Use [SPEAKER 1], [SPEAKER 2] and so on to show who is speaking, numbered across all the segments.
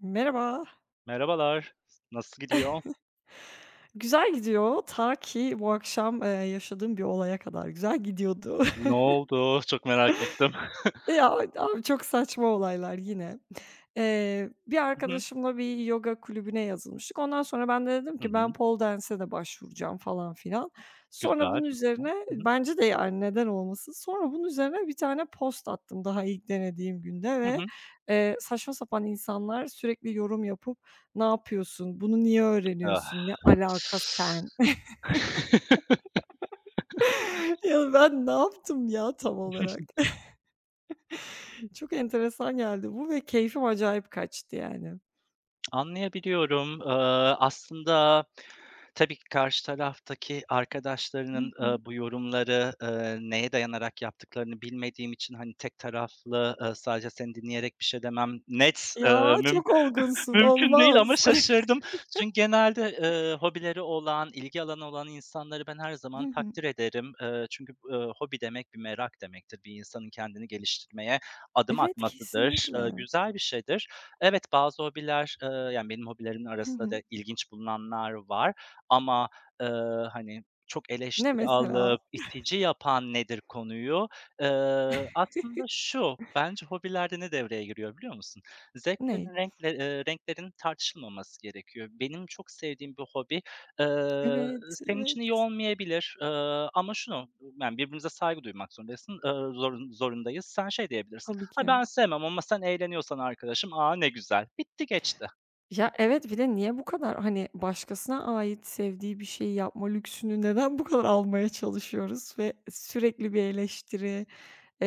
[SPEAKER 1] Merhaba.
[SPEAKER 2] Merhabalar. Nasıl gidiyor?
[SPEAKER 1] Güzel gidiyor ta ki bu akşam, yaşadığım bir olaya kadar güzel gidiyordu.
[SPEAKER 2] Ne oldu? Çok merak ettim.
[SPEAKER 1] Ya, abi çok saçma olaylar yine. Bir
[SPEAKER 2] Hı hı.
[SPEAKER 1] arkadaşımla bir yoga kulübüne yazılmıştık. Ondan sonra ben de dedim
[SPEAKER 2] Hı
[SPEAKER 1] ki ben
[SPEAKER 2] hı.
[SPEAKER 1] pole dance'e de başvuracağım falan filan. Sonra
[SPEAKER 2] Güzel,
[SPEAKER 1] bunun
[SPEAKER 2] çok güzel.
[SPEAKER 1] üzerine
[SPEAKER 2] Hı hı.
[SPEAKER 1] bence de yani neden olmasın. Sonra bunun üzerine bir tane post attım daha ilk denediğim günde
[SPEAKER 2] Hı
[SPEAKER 1] ve,
[SPEAKER 2] hı.
[SPEAKER 1] eee, saçma sapan insanlar sürekli yorum yapıp "Ne yapıyorsun? Bunu niye öğreniyorsun?
[SPEAKER 2] Ah.
[SPEAKER 1] Ne alaka sen?" Ya, ben ne yaptım ya tam olarak? Çok enteresan geldi bu ve keyfim acayip kaçtı yani.
[SPEAKER 2] Anlayabiliyorum. Aslında tabii ki karşı taraftaki
[SPEAKER 1] Hı
[SPEAKER 2] arkadaşlarının,
[SPEAKER 1] hı.
[SPEAKER 2] bu yorumları, neye dayanarak yaptıklarını bilmediğim için, hani, tek taraflı, sadece seni dinleyerek bir şey demem net,
[SPEAKER 1] Ya,
[SPEAKER 2] müm
[SPEAKER 1] çok olgunsun,
[SPEAKER 2] mümkün değil ama
[SPEAKER 1] olmaz.
[SPEAKER 2] şaşırdım. Çünkü genelde, hobileri olan, ilgi alanı olan insanları ben her
[SPEAKER 1] Hı
[SPEAKER 2] zaman
[SPEAKER 1] hı.
[SPEAKER 2] takdir ederim. Çünkü hobi demek bir merak demektir. Bir insanın kendini geliştirmeye adım
[SPEAKER 1] Evet,
[SPEAKER 2] atmasıdır.
[SPEAKER 1] kesinlikle.
[SPEAKER 2] Güzel bir şeydir. Evet, bazı hobiler, yani, benim hobilerimin
[SPEAKER 1] Hı
[SPEAKER 2] arasında
[SPEAKER 1] hı.
[SPEAKER 2] da ilginç bulunanlar var ama, eee, hani, çok
[SPEAKER 1] Ne
[SPEAKER 2] eleştiri
[SPEAKER 1] mesela?
[SPEAKER 2] alıp itici yapan nedir konuyu? Aslında şu, bence hobilerde ne devreye giriyor biliyor musun?
[SPEAKER 1] Ne?
[SPEAKER 2] Zevklerin, renklerin tartışılmaması gerekiyor. Benim çok sevdiğim bir hobi, eee,
[SPEAKER 1] Evet,
[SPEAKER 2] senin için iyi
[SPEAKER 1] evet.
[SPEAKER 2] olmayabilir, ama şunu, yani, birbirimize saygı duymak zorundasın, zorundayız. Sen şey diyebilirsin:
[SPEAKER 1] Tabii
[SPEAKER 2] Ha
[SPEAKER 1] ki.
[SPEAKER 2] ben sevmem ama sen eğleniyorsan arkadaşım, aa ne güzel. Bitti geçti.
[SPEAKER 1] Ya, evet, bir de niye bu kadar, hani, başkasına ait sevdiği bir şeyi yapma lüksünü neden bu kadar almaya çalışıyoruz ve sürekli bir eleştiri,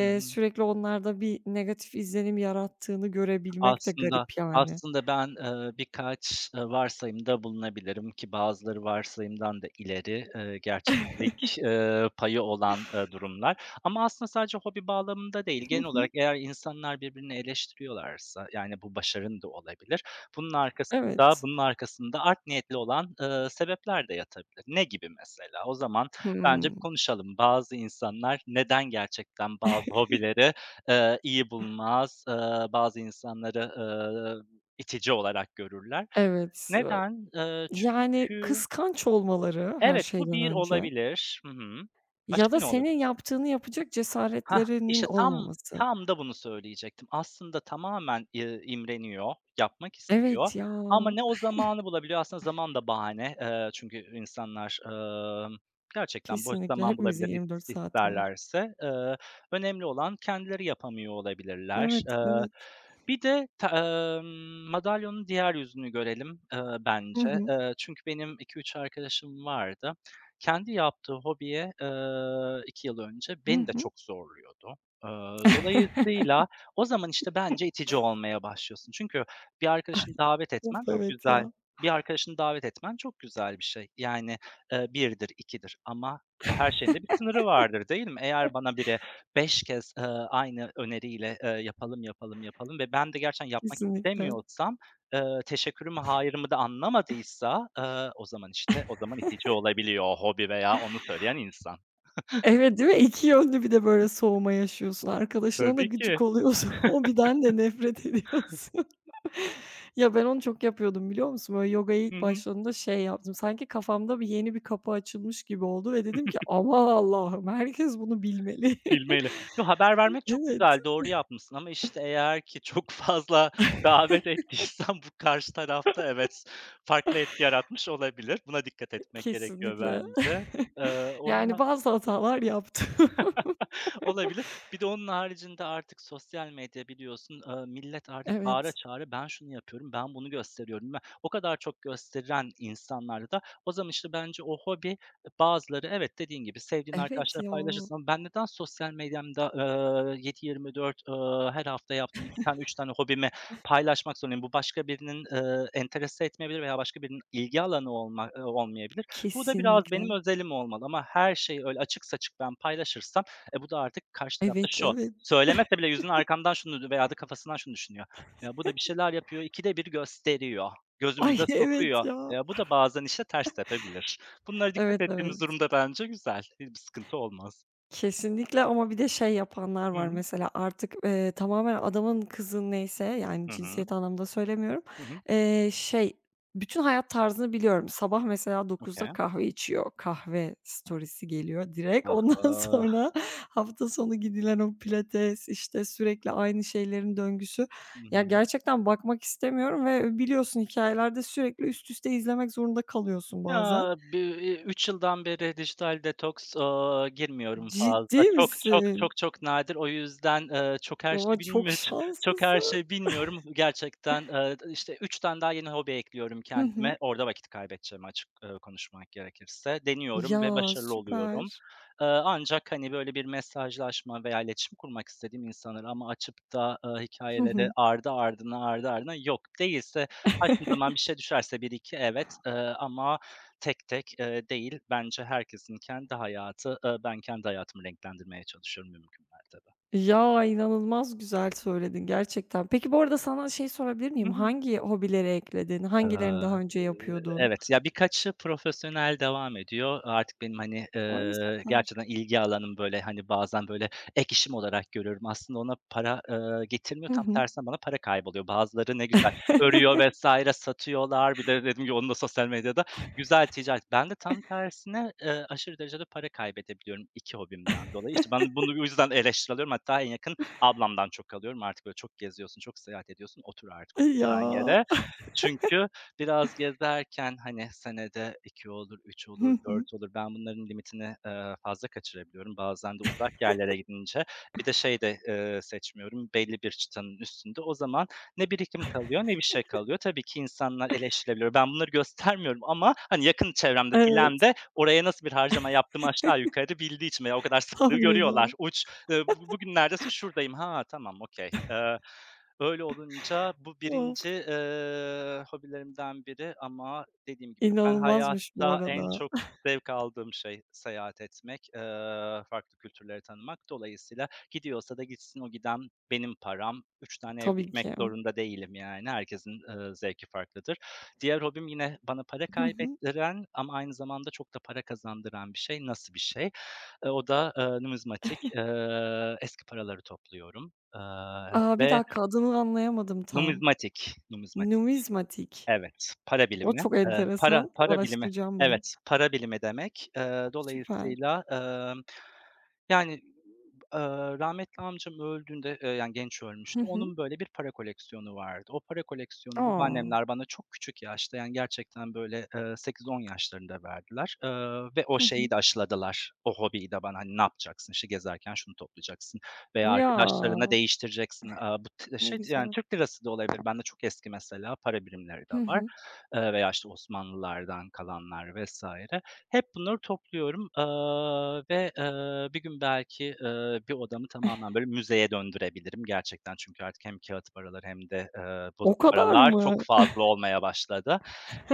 [SPEAKER 2] Hı hı.
[SPEAKER 1] sürekli onlarda bir negatif izlenim yarattığını görebilmek de
[SPEAKER 2] Aslında
[SPEAKER 1] garip yani.
[SPEAKER 2] aslında ben, birkaç, varsayımda bulunabilirim ki bazıları varsayımdan da ileri,
[SPEAKER 1] Hı hı.
[SPEAKER 2] gerçeklik, payı olan, durumlar. Ama aslında sadece hobi bağlamında değil, genel olarak eğer insanlar birbirini eleştiriyorlarsa, yani bu başarın da olabilir, bunun arkasında
[SPEAKER 1] Evet.
[SPEAKER 2] bunun arkasında art niyetli olan, sebepler de yatabilir. Ne gibi mesela? O zaman bence bir
[SPEAKER 1] Hımm.
[SPEAKER 2] konuşalım. Bazı insanlar neden gerçekten bazı hobileri iyi bulmaz, bazı insanları, itici olarak görürler.
[SPEAKER 1] Evet.
[SPEAKER 2] Neden? Eee,
[SPEAKER 1] Yani,
[SPEAKER 2] çünkü
[SPEAKER 1] kıskanç olmaları her
[SPEAKER 2] Evet, bu
[SPEAKER 1] şeyden
[SPEAKER 2] bir
[SPEAKER 1] önce
[SPEAKER 2] olabilir. Hı hı.
[SPEAKER 1] ya
[SPEAKER 2] Başka
[SPEAKER 1] da
[SPEAKER 2] ne
[SPEAKER 1] senin yaptığını yapacak
[SPEAKER 2] Hah,
[SPEAKER 1] cesaretlerinin
[SPEAKER 2] işte tam
[SPEAKER 1] olmaması.
[SPEAKER 2] tam da bunu söyleyecektim. Aslında tamamen, imreniyor, yapmak istiyor
[SPEAKER 1] Evet ya,
[SPEAKER 2] ama ne o zamanı bulabiliyor. Aslında zaman da bahane. Çünkü insanlar, gerçekten boş
[SPEAKER 1] kesinlikle
[SPEAKER 2] zaman
[SPEAKER 1] hepimizin
[SPEAKER 2] bulabilir
[SPEAKER 1] 24 saati var.
[SPEAKER 2] isterlerse. Önemli olan kendileri yapamıyor olabilirler.
[SPEAKER 1] Evet, evet.
[SPEAKER 2] Bir de ta emm, Madalyonun diğer yüzünü görelim,
[SPEAKER 1] Hı
[SPEAKER 2] bence.
[SPEAKER 1] hı.
[SPEAKER 2] Çünkü benim iki üç arkadaşım vardı. Kendi yaptığı hobiye, 2 yıl önce
[SPEAKER 1] Hı
[SPEAKER 2] beni de
[SPEAKER 1] hı.
[SPEAKER 2] çok zorluyordu. Eee, Dolayısıyla o zaman, işte, bence itici olmaya başlıyorsun. Çünkü bir arkadaşını davet
[SPEAKER 1] Of,
[SPEAKER 2] etmen çok
[SPEAKER 1] evet
[SPEAKER 2] güzel.
[SPEAKER 1] ya.
[SPEAKER 2] Bir arkadaşını davet etmen çok güzel bir şey. Yani, 1'dir, 2'dir ama her şeyin de bir sınırı vardır, değil mi? Eğer bana biri 5 kez, aynı öneriyle, yapalım, yapalım, yapalım ve ben de gerçekten yapmak
[SPEAKER 1] Kesinlikle.
[SPEAKER 2] istemiyorsam teşekkürü mü, da anlamadıysa, o zaman, işte, o zaman itici olabiliyor o hobi veya onu söyleyen insan.
[SPEAKER 1] Evet, değil mi? İki yönlü bir de böyle soğuma yaşıyorsun. Arkadaşına da
[SPEAKER 2] Tabii
[SPEAKER 1] gıcık
[SPEAKER 2] ki.
[SPEAKER 1] oluyorsun. Hobiden de nefret ediyorsun. Ya, ben onu çok yapıyordum biliyor musun? Böyle yogaya
[SPEAKER 2] Hı
[SPEAKER 1] ilk
[SPEAKER 2] hı.
[SPEAKER 1] başladığımda şey yaptım. Sanki kafamda yeni bir kapı açılmış gibi oldu ve dedim ki "Aman Allah'ım, herkes bunu bilmeli."
[SPEAKER 2] Bilmeli. Yo, haber vermek çok
[SPEAKER 1] Evet,
[SPEAKER 2] güzel, doğru yapmışsın ama, işte, eğer ki çok fazla davet ettiysen bu karşı tarafta evet, farklı etki yaratmış olabilir. Buna dikkat etmek gerekiyor
[SPEAKER 1] kesinlikle.
[SPEAKER 2] bence. Eee,
[SPEAKER 1] Yani
[SPEAKER 2] onun
[SPEAKER 1] bazı hatalar yaptım.
[SPEAKER 2] Olabilir. Bir de onun haricinde artık sosyal medya biliyorsun, millet artık bağıra
[SPEAKER 1] Evet.
[SPEAKER 2] çağıra ben şunu yapıyorum, ben bunu gösteriyorum. Ben o kadar çok gösteren insanlarda da o zaman işte bence o hobi, bazıları evet dediğin gibi sevdiğin
[SPEAKER 1] Evet
[SPEAKER 2] arkadaşlarla
[SPEAKER 1] ya.
[SPEAKER 2] paylaşırsın ama ben neden sosyal medyamda, 7/24, her hafta yaptığım 2 tane 3 tane hobimi paylaşmak zorundayım? Bu başka birinin, enterese etmeyebilir veya başka birinin ilgi alanı olmayabilir. Bu da biraz benim
[SPEAKER 1] Kesinlikle.
[SPEAKER 2] özelim olmalı ama her şeyi öyle açık saçık ben paylaşırsam e, bu da artık karşı tarafta
[SPEAKER 1] Evet,
[SPEAKER 2] şu,
[SPEAKER 1] evet.
[SPEAKER 2] söylemese bile yüzüne arkamdan şunu veya da kafasından şunu düşünüyor. Ya, bu da bir şeyler yapıyor, ikide bir gösteriyor,
[SPEAKER 1] Ay,
[SPEAKER 2] gözümüze
[SPEAKER 1] evet
[SPEAKER 2] sokuyor.
[SPEAKER 1] ya.
[SPEAKER 2] Ya, bu da bazen işte ters tepebilir. Bunlara dikkat
[SPEAKER 1] Evet,
[SPEAKER 2] ettiğimiz
[SPEAKER 1] evet.
[SPEAKER 2] durumda bence güzel, hiçbir sıkıntı olmaz.
[SPEAKER 1] Kesinlikle ama bir de şey yapanlar
[SPEAKER 2] Hı
[SPEAKER 1] var
[SPEAKER 2] hı.
[SPEAKER 1] mesela artık, tamamen adamın kızın neyse, yani
[SPEAKER 2] Hı hı.
[SPEAKER 1] cinsiyet anlamında söylemiyorum,
[SPEAKER 2] Hı hı.
[SPEAKER 1] eee, şey, bütün hayat tarzını biliyorum. Sabah mesela 9'da
[SPEAKER 2] Okay.
[SPEAKER 1] kahve içiyor. Kahve storiesi geliyor direkt.
[SPEAKER 2] Ah,
[SPEAKER 1] Ondan
[SPEAKER 2] ah.
[SPEAKER 1] sonra hafta sonu gidilen o pilates, işte, sürekli aynı şeylerin döngüsü.
[SPEAKER 2] Hı
[SPEAKER 1] Ya,
[SPEAKER 2] hı.
[SPEAKER 1] gerçekten bakmak istemiyorum ve biliyorsun hikayelerde sürekli üst üste izlemek zorunda kalıyorsun bazen.
[SPEAKER 2] Ya, bi yıldan beri dijital detoks, girmiyorum
[SPEAKER 1] Ciddi
[SPEAKER 2] fazla. Çok, çok,
[SPEAKER 1] misin?
[SPEAKER 2] çok, çok nadir. O yüzden, çok her
[SPEAKER 1] O,
[SPEAKER 2] şey bilmiyorum
[SPEAKER 1] çok
[SPEAKER 2] çok her
[SPEAKER 1] şanslısın.
[SPEAKER 2] şey bilmiyorum. Gerçekten, işte, 3 tane daha yeni hobi ekliyorum
[SPEAKER 1] Hı hı.
[SPEAKER 2] kendime. Orada vakit kaybedeceğimi açık, konuşmak gerekirse. Deniyorum ve
[SPEAKER 1] Ya,
[SPEAKER 2] başarılı
[SPEAKER 1] süper.
[SPEAKER 2] oluyorum. Ancak, hani, böyle bir mesajlaşma veya iletişim kurmak istediğim insanlara ama açıp da,
[SPEAKER 1] Hı
[SPEAKER 2] hikâyeleri
[SPEAKER 1] hı.
[SPEAKER 2] ardı ardına, ardı ardına yok. Değilse, ha, şimdi, tamam, bir şey düşerse bir iki evet, ama Tek tek, değil, bence herkesin kendi hayatı. Ben kendi hayatımı renklendirmeye çalışıyorum mümkün mertebe.
[SPEAKER 1] Ya, inanılmaz güzel söyledin gerçekten. Peki, bu arada sana şey sorabilir miyim?
[SPEAKER 2] Hı hı.
[SPEAKER 1] Hangi hobileri ekledin? Hangilerini daha
[SPEAKER 2] Eee,
[SPEAKER 1] önce yapıyordun?
[SPEAKER 2] evet, ya, birkaçı profesyonel devam ediyor. Artık benim, hani,
[SPEAKER 1] Ay, süper.
[SPEAKER 2] gerçekten ilgi alanım, böyle, hani, bazen, böyle, ek işim olarak görüyorum. Aslında ona para, getirmiyor.
[SPEAKER 1] Hı
[SPEAKER 2] Tam
[SPEAKER 1] hı.
[SPEAKER 2] tersine bana para kayboluyor. Bazıları ne güzel örüyor vesaire satıyorlar. Bir de dedim ki onun da sosyal medyada güzel ticaret. Ben de tam tersine, aşırı derecede para kaybedebiliyorum 2 hobimden dolayı. İşte, ben de bunu bu yüzden eleştiriliyorum. Hatta en yakın ablamdan çok alıyorum. Artık, böyle, çok geziyorsun, çok seyahat ediyorsun, otur artık oturacağın
[SPEAKER 1] Ya.
[SPEAKER 2] yere. Çünkü Biraz gezerken, hani, senede 2 olur, 3 olur,
[SPEAKER 1] Hı hı.
[SPEAKER 2] 4 olur. Ben bunların limitini, fazla kaçırabiliyorum. Bazen de uzak yerlere gidince bir de şey de, seçmiyorum, belli bir çıtanın üstünde. O zaman ne birikim kalıyor ne bir şey kalıyor. Tabii ki insanlar eleştirebiliyor. Ben bunları göstermiyorum ama, hani, yakın çevremde bilen
[SPEAKER 1] Evet,
[SPEAKER 2] de oraya nasıl bir harcama yaptığımı aşağı yukarı bildiği için veya o kadar sıklığı
[SPEAKER 1] tahmin
[SPEAKER 2] görüyorlar.
[SPEAKER 1] ediyorum.
[SPEAKER 2] Uç, "Bu bugün neredesin?" "Şuradayım." "Ha, tamam, okay." Öyle olunca bu
[SPEAKER 1] Of,
[SPEAKER 2] birinci hobilerimden biri ama dediğim gibi ben
[SPEAKER 1] İnanılmazmış bu
[SPEAKER 2] hayatta en
[SPEAKER 1] arada.
[SPEAKER 2] çok zevk aldığım şey seyahat etmek, farklı kültürleri tanımak. Dolayısıyla gidiyorsa da gitsin, o giden benim param. 3 tane ev
[SPEAKER 1] Tabii
[SPEAKER 2] dikmek
[SPEAKER 1] ki.
[SPEAKER 2] zorunda değilim yani. Herkesin, zevki farklıdır. Diğer hobim yine bana para
[SPEAKER 1] Hı hı.
[SPEAKER 2] kaybettiren ama aynı zamanda çok da para kazandıran bir şey. Nasıl bir şey? O da numizmatik. Eski paraları topluyorum,
[SPEAKER 1] A, bir
[SPEAKER 2] ve
[SPEAKER 1] dakika, adını anlayamadım tam.
[SPEAKER 2] Numizmatik, numizmatik.
[SPEAKER 1] Numizmatik.
[SPEAKER 2] Evet, para
[SPEAKER 1] O
[SPEAKER 2] bilimi.
[SPEAKER 1] çok enteresan.
[SPEAKER 2] Para bilimi.
[SPEAKER 1] Araştıracağım bunu.
[SPEAKER 2] Evet, para bilimi demek. Eee,
[SPEAKER 1] Süper.
[SPEAKER 2] dolayısıyla, emm, yani, eee, rahmetli amcam öldüğünde, yani genç ölmüştü.
[SPEAKER 1] Hı hı.
[SPEAKER 2] Onun böyle bir para koleksiyonu vardı. O para koleksiyonu
[SPEAKER 1] A!
[SPEAKER 2] babaannemler bana çok küçük yaşta, yani gerçekten böyle, 8-10 yaşlarında verdiler, ve o
[SPEAKER 1] Hı hı.
[SPEAKER 2] şeyi de aşıladılar. O hobiyi de bana, hani, ne yapacaksın, işte, gezerken şunu toplayacaksın veya
[SPEAKER 1] Ya,
[SPEAKER 2] arkadaşlarına değiştireceksin. Aaa, bu
[SPEAKER 1] ne
[SPEAKER 2] şey, yani,
[SPEAKER 1] güzel.
[SPEAKER 2] Türk lirası da olabilir. Bende çok eski mesela para birimleri de
[SPEAKER 1] Hı
[SPEAKER 2] var,
[SPEAKER 1] hı.
[SPEAKER 2] veya, işte, Osmanlılardan kalanlar vesaire Hep bunları topluyorum, aaa, ve, bir gün belki, bir odamı tamamen böyle müzeye döndürebilirim gerçekten. Çünkü artık hem kâğıt paralar hem de, bozuk
[SPEAKER 1] O kadar
[SPEAKER 2] paralar çok
[SPEAKER 1] mı?
[SPEAKER 2] fazla olmaya başladı.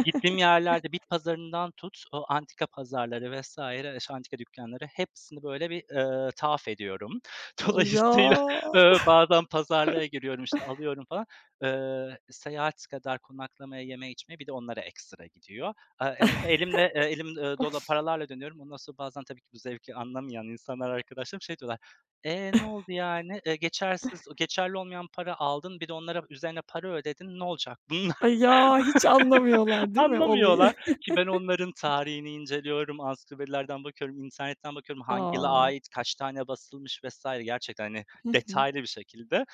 [SPEAKER 2] Gittiğim yerlerde bit pazarından tut, o antika pazarları vesaire eş antika dükkanları hepsini böyle bir, tavaf ediyorum.
[SPEAKER 1] Ya!
[SPEAKER 2] Dolayısıyla, bazen pazarlığa giriyorum, işte, alıyorum falan. Seyahat kadar konaklamaya, yeme içmeye bir de onlara ekstra gidiyor. Eee, e, elim, dolu paralarla dönüyorum. Ondan sonra bazen tabii ki bu zevki anlamayan insanlar, arkadaşlarım şey diyorlar, "E, ne oldu yani? Geçersiz geçerli olmayan para aldın, bir de onlara üzerine para ödedin. Ne olacak bunun?"
[SPEAKER 1] Ay, ya, hiç anlamıyorlar değil mi olayı?
[SPEAKER 2] Anlamıyorlar ki ben onların tarihini inceliyorum, ansiklopedilerden bakıyorum, internetten bakıyorum hangi yıla
[SPEAKER 1] A!
[SPEAKER 2] ait, kaç tane basılmış vesaire gerçekten, hani,
[SPEAKER 1] Hı hı.
[SPEAKER 2] detaylı bir şekilde.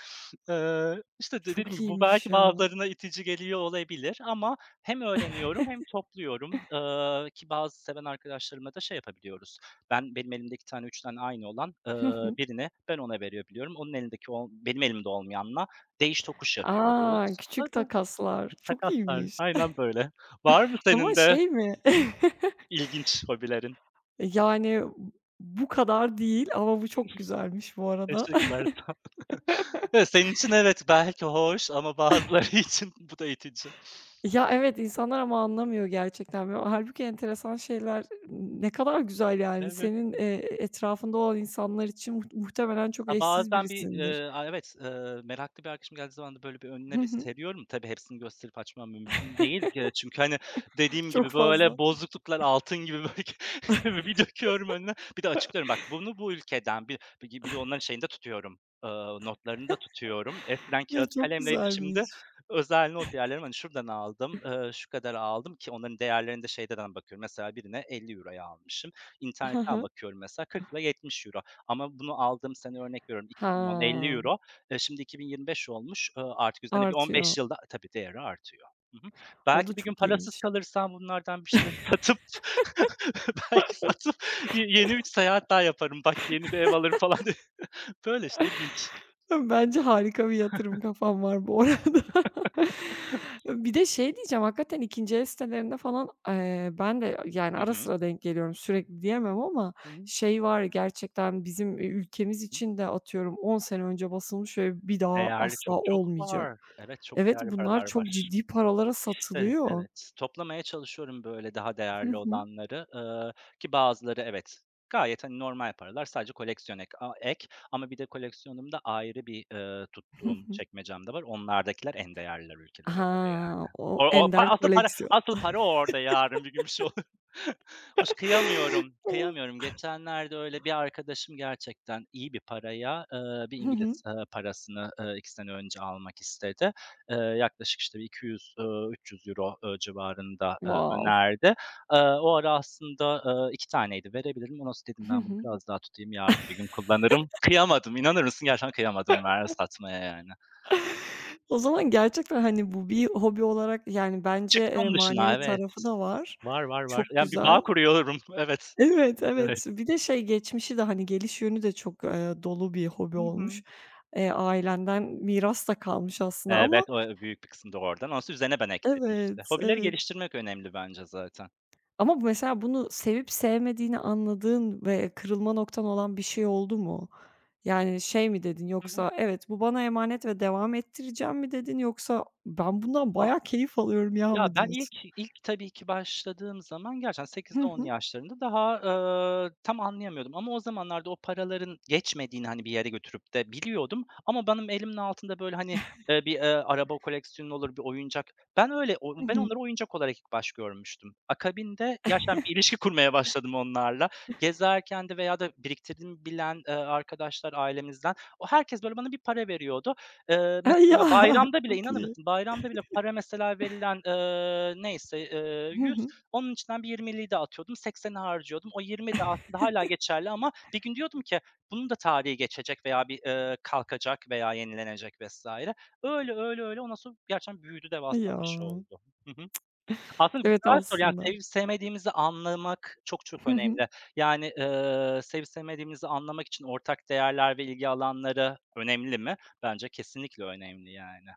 [SPEAKER 2] İşte, de dediğim
[SPEAKER 1] Çok
[SPEAKER 2] gibi bu
[SPEAKER 1] iyiymiş
[SPEAKER 2] belki
[SPEAKER 1] ya.
[SPEAKER 2] bazılarına itici geliyor olabilir ama hem öğreniyorum hem topluyorum, ki bazı seven arkadaşlarımla da şey yapabiliyoruz. Benim elimde 2 tane 3 tane aynı olan,
[SPEAKER 1] Hı hı.
[SPEAKER 2] birine ben ona veriyor biliyorum Onun elindeki ol benim elimde olmayanla değiş tokuş
[SPEAKER 1] A!
[SPEAKER 2] yapıyoruz.
[SPEAKER 1] Küçük takaslar. Çok
[SPEAKER 2] Takaslar,
[SPEAKER 1] iyiymiş.
[SPEAKER 2] aynen böyle. Var mı
[SPEAKER 1] Ama
[SPEAKER 2] senin de
[SPEAKER 1] şey mi?
[SPEAKER 2] hı hı, ilginç hobilerin?
[SPEAKER 1] Yani, bu kadar değil ama bu çok güzelmiş bu arada.
[SPEAKER 2] Teşekkürler. Evet, senin için evet belki hoş ama bazıları için bu da itici.
[SPEAKER 1] Ya, evet, insanlar ama anlamıyor gerçekten ve hâlbuki enteresan şeyler ne kadar güzel yani.
[SPEAKER 2] Evet.
[SPEAKER 1] Senin, etrafında olan insanlar için muhtemelen çok
[SPEAKER 2] Ha,
[SPEAKER 1] eşsiz
[SPEAKER 2] bazen bir,
[SPEAKER 1] birisindir.
[SPEAKER 2] a evet, meraklı bir arkadaşım geldiği zaman da böyle bir önüne bir seriyorum. Tabii hepsini gösterip açmam mümkün değil ki. Çünkü, hani, dediğim
[SPEAKER 1] Çok
[SPEAKER 2] gibi,
[SPEAKER 1] fazla.
[SPEAKER 2] böyle, bozukluklar altın gibi böyle bir döküyorum önüne. Bir de açıklıyorum, bak bunu bu ülkeden bir de onların şeyini de tutuyorum, notlarını da tutuyorum. Eskiden
[SPEAKER 1] Ya,
[SPEAKER 2] kâğıt
[SPEAKER 1] çok
[SPEAKER 2] kalemleydi, şimdi
[SPEAKER 1] güzelmiş.
[SPEAKER 2] özel not yerlerim, hani, şuradan aldım, şu kadara aldım ki onların değerlerine de şeyden bakıyorum. Mesela birine 50 euroya almışım.
[SPEAKER 1] Hı
[SPEAKER 2] İnternetten
[SPEAKER 1] hı.
[SPEAKER 2] bakıyorum mesela €40'la euro. Ama bunu aldığım sene örnek veriyorum 2010
[SPEAKER 1] Ha,
[SPEAKER 2] €50, şimdi 2025 olmuş. Artık üzerine bir
[SPEAKER 1] artıyor.
[SPEAKER 2] 15 yılda tabii değeri artıyor. Hı hı.
[SPEAKER 1] O da
[SPEAKER 2] Belki bir gün
[SPEAKER 1] çok
[SPEAKER 2] parasız
[SPEAKER 1] iyiymiş.
[SPEAKER 2] kalırsam bunlardan bir şeyler satıp belki satıp yeni bir seyahat daha yaparım. Bak yeni bir ev alırım falan diye. Böyle işte ilginç.
[SPEAKER 1] Bence harika bir yatırım kafam var bu arada. Bir de şey diyeceğim, hakikaten ikinci el sitelerinde falan, ben de yani ara
[SPEAKER 2] Hı.
[SPEAKER 1] sıra denk geliyorum, sürekli diyemem ama
[SPEAKER 2] Hı hı.
[SPEAKER 1] şey var gerçekten bizim, ülkemiz
[SPEAKER 2] Hı.
[SPEAKER 1] için de atıyorum 10 sene önce basılmış ve bir daha
[SPEAKER 2] Değerli
[SPEAKER 1] asla
[SPEAKER 2] çok çok
[SPEAKER 1] olmayacak.
[SPEAKER 2] var. Evet, çok
[SPEAKER 1] Evet,
[SPEAKER 2] değerli
[SPEAKER 1] bunlar
[SPEAKER 2] paralar
[SPEAKER 1] çok
[SPEAKER 2] var.
[SPEAKER 1] ciddi paralara
[SPEAKER 2] İşte,
[SPEAKER 1] satılıyor.
[SPEAKER 2] evet. Toplamaya çalışıyorum böyle daha
[SPEAKER 1] Hı
[SPEAKER 2] değerli
[SPEAKER 1] hı.
[SPEAKER 2] olanları, ki bazıları evet, gayet, hani, normal paralar sadece koleksiyon ek ama bir de koleksiyonumda ayrı bir,
[SPEAKER 1] Hı
[SPEAKER 2] tuttuğum
[SPEAKER 1] hı.
[SPEAKER 2] çekmecem de var. Onlardakiler en değerliler ülkelere göre
[SPEAKER 1] Ha,
[SPEAKER 2] yani. O
[SPEAKER 1] o
[SPEAKER 2] o pa
[SPEAKER 1] ender
[SPEAKER 2] asıl para
[SPEAKER 1] koleksiyon.
[SPEAKER 2] asıl para orada yarın bir gün bir şey olur. Hoş kıyamıyorum, kıyamıyorum. Geçenlerde öyle bir arkadaşım gerçekten iyi bir paraya, bir
[SPEAKER 1] Hı hı.
[SPEAKER 2] İngiliz, parasını, 2 sene önce almak istedi. Yaklaşık, işte, bir €200-€300 eee, 300 euro civarında,
[SPEAKER 1] Wow.
[SPEAKER 2] önerdi. O ara aslında, 2 taneydi verebilirim ama dedim
[SPEAKER 1] Hı
[SPEAKER 2] ben bunu
[SPEAKER 1] hı.
[SPEAKER 2] biraz daha tutayım, yarın bir gün kullanırım. Kıyamadım, inanır mısın? Gerçekten kıyamadım satmaya yani.
[SPEAKER 1] O zaman gerçekten, hani, bu bir hobi olarak, yani, bence,
[SPEAKER 2] Çıktım dışına,
[SPEAKER 1] manevi
[SPEAKER 2] evet.
[SPEAKER 1] tarafı da var.
[SPEAKER 2] Var, var, var.
[SPEAKER 1] Çok
[SPEAKER 2] Yani bir
[SPEAKER 1] güzel.
[SPEAKER 2] bağ kuruyorum. Evet,
[SPEAKER 1] Evet,
[SPEAKER 2] evet.
[SPEAKER 1] evet. Bir de şey geçmişi de, hani, geliş yönü de çok, dolu bir hobi
[SPEAKER 2] Hı
[SPEAKER 1] olmuş.
[SPEAKER 2] hı.
[SPEAKER 1] Ailenden miras da kalmış aslında ama
[SPEAKER 2] Evet, o, büyük bir kısmı da oradan. Ondan sonra üzerine ben ekledim, işte.
[SPEAKER 1] evet,
[SPEAKER 2] Hobileri
[SPEAKER 1] evet.
[SPEAKER 2] geliştirmek önemli bence zaten.
[SPEAKER 1] Ama bu mesela bunu sevip sevmediğini anladığın ve kırılma noktan olan bir şey oldu mu? Yani, şey mi dedin
[SPEAKER 2] Hı hı.
[SPEAKER 1] yoksa, "Evet, bu bana emanet ve devam ettireceğim." mi dedin yoksa, "Ben bundan bayağı keyif alıyorum ya."
[SPEAKER 2] Ya,
[SPEAKER 1] mı
[SPEAKER 2] ben ilk
[SPEAKER 1] diyorsun?
[SPEAKER 2] ilk tabii ki başladığım zaman gerçekten 8
[SPEAKER 1] Hı
[SPEAKER 2] on
[SPEAKER 1] hı.
[SPEAKER 2] yaşlarında daha, tam anlayamıyordum ama o zamanlarda o paraların geçmediğini, hani, bir yere götürüp de biliyordum ama benim elimin altında, böyle, hani, bir araba koleksiyonu olur, bir oyuncak. Ben öyle o
[SPEAKER 1] Hı
[SPEAKER 2] ben
[SPEAKER 1] hı.
[SPEAKER 2] onları oyuncak olarak ilk baş görmüştüm. Akabinde gerçekten bir ilişki kurmaya başladım onlarla. Gezerken de veya da biriktirdiğimi bilen, arkadaşlar ailemizden o herkes, böyle, bana bir para veriyordu.
[SPEAKER 1] A, ya!
[SPEAKER 2] Mesela bayramda bile
[SPEAKER 1] Çok
[SPEAKER 2] inanır
[SPEAKER 1] iyi.
[SPEAKER 2] mısın, bayramda bile para mesela verilen, neyse,
[SPEAKER 1] Hı
[SPEAKER 2] 100
[SPEAKER 1] hı.
[SPEAKER 2] onun içinden bir 20'liyi de atıyordum, 80'i harcıyordum. O 20 de aslında hâlâ geçerli ama bir gün diyordum ki bunun da tarihi geçecek veya bir, kalkacak veya yenilenecek vs. Öyle, ondan sonra gerçekten büyüdü, devasa
[SPEAKER 1] Ya!
[SPEAKER 2] bir şey oldu. Hı hı. Aslında
[SPEAKER 1] Evet,
[SPEAKER 2] güzel soru. Yani
[SPEAKER 1] aslında.
[SPEAKER 2] sevip sevmediğimizi anlamak çok çok
[SPEAKER 1] Hı hı.
[SPEAKER 2] önemli. Yani, sevip sevmediğimizi anlamak için ortak değerler ve ilgi alanları önemli mi? Bence kesinlikle önemli yani.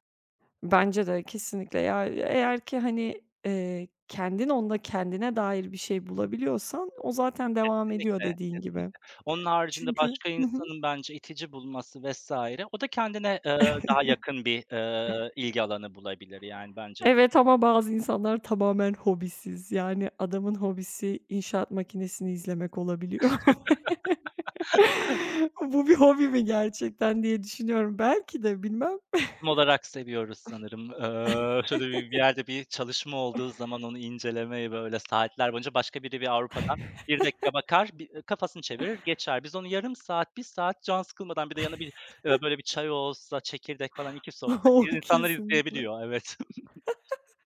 [SPEAKER 1] Bence de kesinlikle. Ya, eğer ki, hani, kendin onda kendine dair bir şey bulabiliyorsan o zaten devam ediyor
[SPEAKER 2] Kesinlikle,
[SPEAKER 1] dediğin gibi.
[SPEAKER 2] kesinlikle. Onun haricinde
[SPEAKER 1] Çünkü
[SPEAKER 2] başka
[SPEAKER 1] hı hı.
[SPEAKER 2] insanın bence itici bulması vs. o da kendine, daha yakın bir, ilgi alanı bulabilir yani bence
[SPEAKER 1] Evet ama bazı insanlar tamamen hobisiz. Yani adamın hobisi inşaat makinesini izlemek olabiliyor. Bu bir hobi mi gerçekten diye düşünüyorum. Belki de bilmem.
[SPEAKER 2] Toplum olarak seviyoruz sanırım. Şöyle bir yerde bir çalışma olduğu zaman onu incelemeyi, böyle, saatler boyunca başka biri bir Avrupa'dan bir dakika bakar, bir kafasını çevirir, geçer. Biz onu yarım saat, bir saat can sıkılmadan bir de yanına bir, böyle, bir çay olsa, çekirdek falan, 2 sohbet,
[SPEAKER 1] O
[SPEAKER 2] insanlar
[SPEAKER 1] kesinlikle.
[SPEAKER 2] izleyebiliyor. Evet.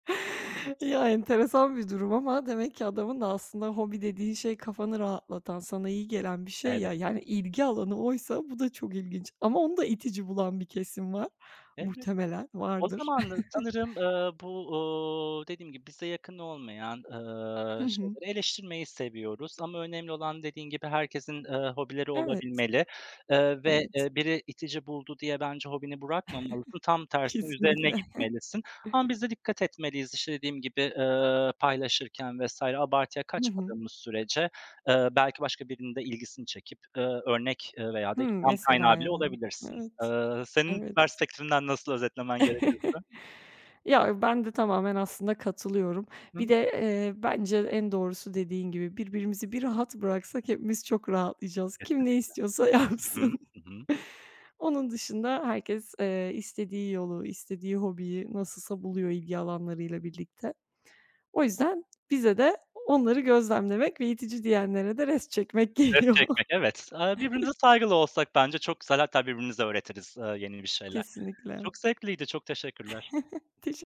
[SPEAKER 1] Ya, enteresan bir durum ama demek ki adamın da aslında hobi dediğin şey kafanı rahatlatan, sana iyi gelen bir şey ya. Yani ilgi alanı oysa bu da çok ilginç ama onu da itici bulan bir kesim var.
[SPEAKER 2] Evet.
[SPEAKER 1] Muhtemelen
[SPEAKER 2] O
[SPEAKER 1] vardır.
[SPEAKER 2] zaman sanırım, bu, dediğim gibi bize yakın olmayan,
[SPEAKER 1] Hı hı.
[SPEAKER 2] şeyleri eleştirmeyi seviyoruz ama önemli olan dediğin gibi herkesin, hobileri
[SPEAKER 1] Evet,
[SPEAKER 2] olabilmeli, eee, ve,
[SPEAKER 1] evet.
[SPEAKER 2] eee, biri itici buldu diye bence hobini bırakmamalısın. Tam tersine üzerine
[SPEAKER 1] Kesinlikle.
[SPEAKER 2] gitmelisin ama biz de dikkat etmeliyiz, işte, dediğim gibi, paylaşırken vesaire abartıya
[SPEAKER 1] Hı hı.
[SPEAKER 2] kaçmadığımız sürece, belki başka birinin de ilgisini çekip, örnek, veya da
[SPEAKER 1] Hımm,
[SPEAKER 2] ilham
[SPEAKER 1] mesela
[SPEAKER 2] kaynağı bile
[SPEAKER 1] yani.
[SPEAKER 2] olabilirsin.
[SPEAKER 1] Evet,
[SPEAKER 2] Senin
[SPEAKER 1] evet.
[SPEAKER 2] perspektifinden nasıl özetlemen gerekirse?
[SPEAKER 1] Ya, ben de tamamen aslında katılıyorum.
[SPEAKER 2] Hı
[SPEAKER 1] Bir
[SPEAKER 2] hı.
[SPEAKER 1] de, bence en doğrusu dediğin gibi birbirimizi bir rahat bıraksak hepimiz çok rahatlayacağız. Kim ne istiyorsa
[SPEAKER 2] Hı hı.
[SPEAKER 1] yapsın.
[SPEAKER 2] Hı hı.
[SPEAKER 1] Onun dışında herkes, istediği yolu, istediği hobiyi nasılsa buluyor ilgi alanlarıyla birlikte. O yüzden bize de onları gözlemlemek ve itici diyenlere de rest çekmek
[SPEAKER 2] Res
[SPEAKER 1] geliyor.
[SPEAKER 2] çekmek, evet. Aaa, birbirimize saygılı olsak bence çok güzel hatta birbirimize öğretiriz, yeni bir şeyler.
[SPEAKER 1] Kesinlikle.
[SPEAKER 2] Çok zevkliydi, çok teşekkürler.
[SPEAKER 1] Teşekkür.